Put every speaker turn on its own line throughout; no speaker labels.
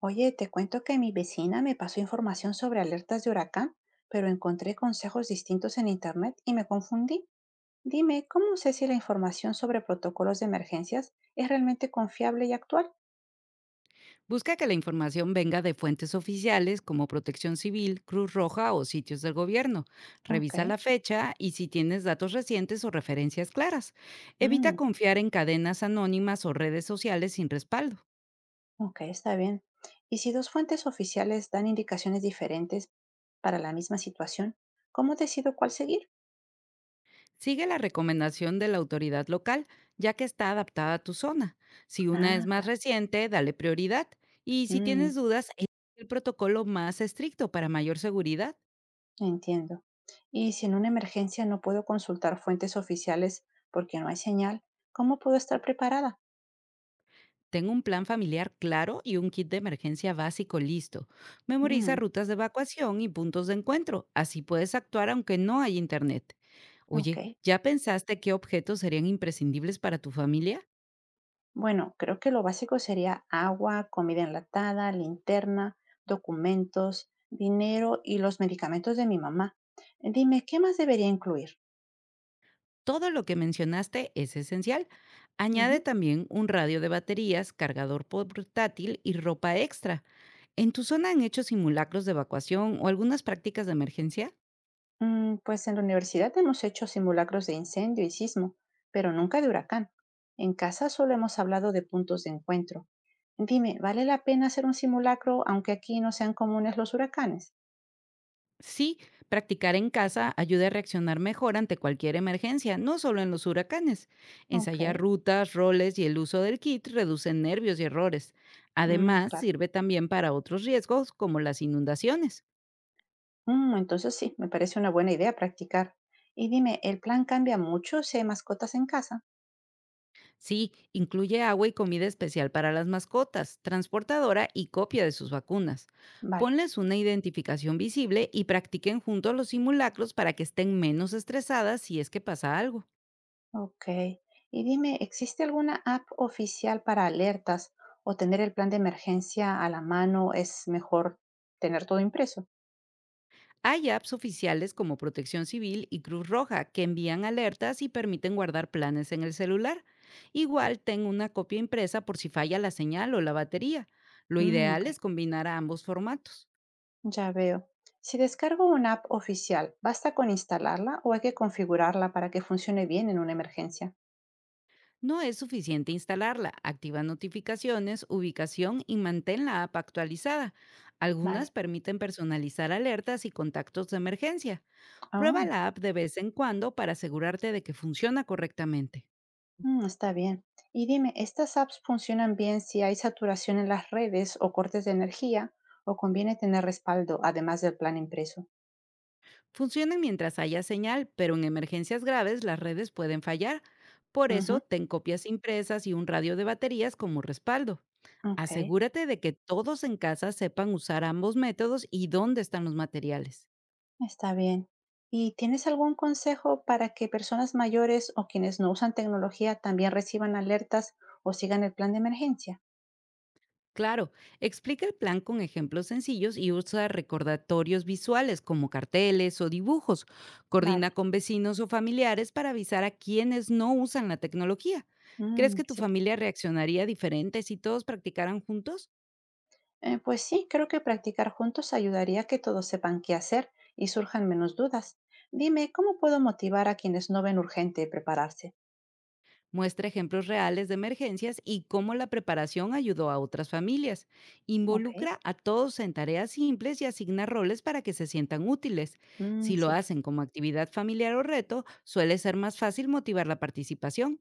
Oye, te cuento que mi vecina me pasó información sobre alertas de huracán, pero encontré consejos distintos en internet y me confundí. Dime, ¿cómo sé si la información sobre protocolos de emergencias es realmente confiable y actual?
Busca que la información venga de fuentes oficiales como Protección Civil, Cruz Roja o sitios del gobierno.
Ok,
Revisa la fecha y si tienes datos recientes o referencias claras. Evita
mm,
confiar en cadenas anónimas o redes sociales sin respaldo.
ok, está bien. Y si dos fuentes oficiales dan indicaciones diferentes para la misma situación, ¿cómo decido cuál seguir?
Sigue la recomendación de la autoridad local, ya que está adaptada a tu zona. Si una es
Ah,
más
claro.
reciente, dale prioridad. Y si
Mm.
tienes dudas, elige el protocolo más estricto para mayor seguridad.
Entiendo. Y si en una emergencia no puedo consultar fuentes oficiales porque no hay señal, ¿cómo puedo estar preparada?
Tengo un plan familiar claro y un kit de emergencia básico listo. Memoriza
Mm,
rutas de evacuación y puntos de encuentro. Así puedes actuar aunque no hay internet.
ok.
Oye, ¿ya pensaste qué objetos serían imprescindibles para tu familia?
Bueno, creo que lo básico sería agua, comida enlatada, linterna, documentos, dinero y los medicamentos de mi mamá. Dime, ¿qué más debería incluir?
Todo lo que mencionaste es esencial. Añade
Ujú.
también un radio de baterías, cargador portátil y ropa extra. ¿En tu zona han hecho simulacros de evacuación o algunas prácticas de emergencia?
Pues en la universidad hemos hecho simulacros de incendio y sismo, pero nunca de huracán. En casa solo hemos hablado de puntos de encuentro. Dime, ¿vale la pena hacer un simulacro aunque aquí no sean comunes los huracanes?
Sí, practicar en casa ayuda a reaccionar mejor ante cualquier emergencia, no solo en los huracanes.
Ok,
Ensayar rutas, roles y el uso del kit reducen nervios y errores.
mm,
Además,
claro.
sirve también para otros riesgos como las inundaciones.
Entonces sí, me parece una buena idea practicar. Y dime, ¿el plan cambia mucho si hay mascotas en casa?
Sí, incluye agua y comida especial para las mascotas, transportadora y copia de sus vacunas.
Vale.
Ponles una identificación visible y practiquen juntos los simulacros para que estén menos estresadas si es que pasa algo.
Ok. Y dime, ¿existe alguna app oficial para alertas o tener el plan de emergencia a la mano? Es mejor tener todo impreso.
Hay apps oficiales como Protección Civil y Cruz Roja que envían alertas y permiten guardar planes en el celular. Igual ten una copia impresa por si falla la señal o la batería. Lo
Mm,
ideal
ok,
es combinar a ambos formatos.
ya veo. Si descargo una app oficial, ¿basta con instalarla o hay que configurarla para que funcione bien en una emergencia?
No es suficiente instalarla, activa notificaciones, ubicación y mantén la app actualizada. Algunas
Vale.
permiten personalizar alertas y contactos de emergencia. Prueba
Ah,
la app de vez en cuando para asegurarte de que funciona correctamente.
está bien. Y dime, ¿estas apps funcionan bien si hay saturación en las redes o cortes de energía o conviene tener respaldo además del plan impreso?
Funcionan mientras haya señal, pero en emergencias graves las redes pueden fallar. Por
Ujú,
eso, ten copias impresas y un radio de baterías como respaldo.
ok.
Asegúrate de que todos en casa sepan usar ambos métodos y dónde están los materiales.
Está bien. ¿Y tienes algún consejo para que personas mayores o quienes no usan tecnología también reciban alertas o sigan el plan de emergencia?
Claro, explica el plan con ejemplos sencillos y usa recordatorios visuales como carteles o dibujos. Coordina
Vale.
con vecinos o familiares para avisar a quienes no usan la tecnología. ¿Crees
Mm,
que tu
sí.
familia reaccionaría diferente si todos practicaran juntos?
Pues sí, creo que practicar juntos ayudaría a que todos sepan qué hacer y surjan menos dudas. Dime, ¿cómo puedo motivar a quienes no ven urgente prepararse?
Muestra ejemplos reales de emergencias y cómo la preparación ayudó a otras familias.
Ok.
Involucra a todos en tareas simples y asigna roles para que se sientan útiles. Si
Mm,
lo
sí.
hacen como actividad familiar o reto, suele ser más fácil motivar la participación.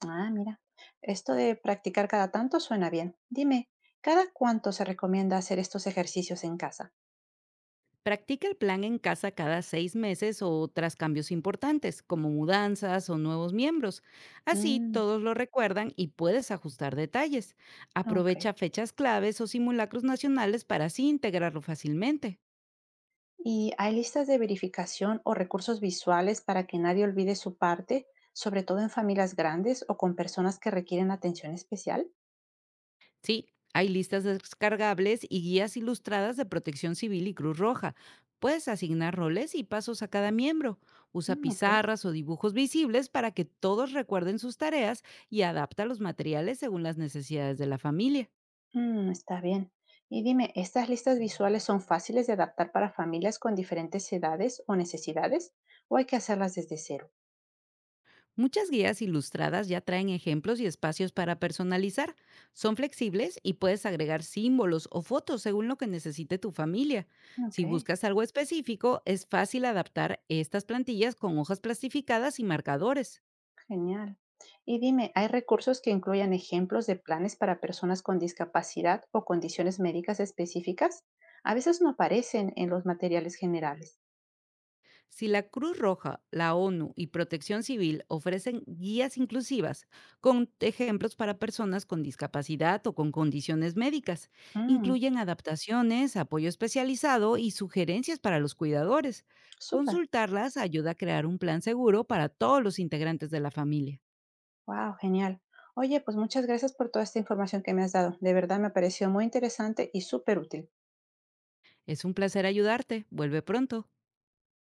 Ah, mira. Esto de practicar cada tanto suena bien. Dime, ¿cada cuánto se recomienda hacer estos ejercicios en casa?
Practica el plan en casa cada 6 meses o tras cambios importantes, como mudanzas o nuevos miembros. Así
Mm,
todos lo recuerdan y puedes ajustar detalles.
ok.
Aprovecha fechas claves o simulacros nacionales para así integrarlo fácilmente.
¿Y hay listas de verificación o recursos visuales para que nadie olvide su parte, sobre todo en familias grandes o con personas que requieren atención especial?
Sí, hay listas descargables y guías ilustradas de Protección Civil y Cruz Roja. Puedes asignar roles y pasos a cada miembro. Usa
Mm, ok,
pizarras o dibujos visibles para que todos recuerden sus tareas y adapta los materiales según las necesidades de la familia.
Está bien. Y dime, ¿estas listas visuales son fáciles de adaptar para familias con diferentes edades o necesidades? ¿O hay que hacerlas desde cero?
Muchas guías ilustradas ya traen ejemplos y espacios para personalizar. Son flexibles y puedes agregar símbolos o fotos según lo que necesite tu familia.
Ok,
Si buscas algo específico, es fácil adaptar estas plantillas con hojas plastificadas y marcadores.
genial. Y dime, ¿hay recursos que incluyan ejemplos de planes para personas con discapacidad o condiciones médicas específicas? A veces no aparecen en los materiales generales.
Si la Cruz Roja, la ONU y Protección Civil ofrecen guías inclusivas con ejemplos para personas con discapacidad o con condiciones médicas,
Mm,
incluyen adaptaciones, apoyo especializado y sugerencias para los cuidadores.
súper.
Consultarlas ayuda a crear un plan seguro para todos los integrantes de la familia.
Wow, genial. Oye, pues muchas gracias por toda esta información que me has dado. De verdad me pareció muy interesante y súper útil.
Es un placer ayudarte. Vuelve pronto.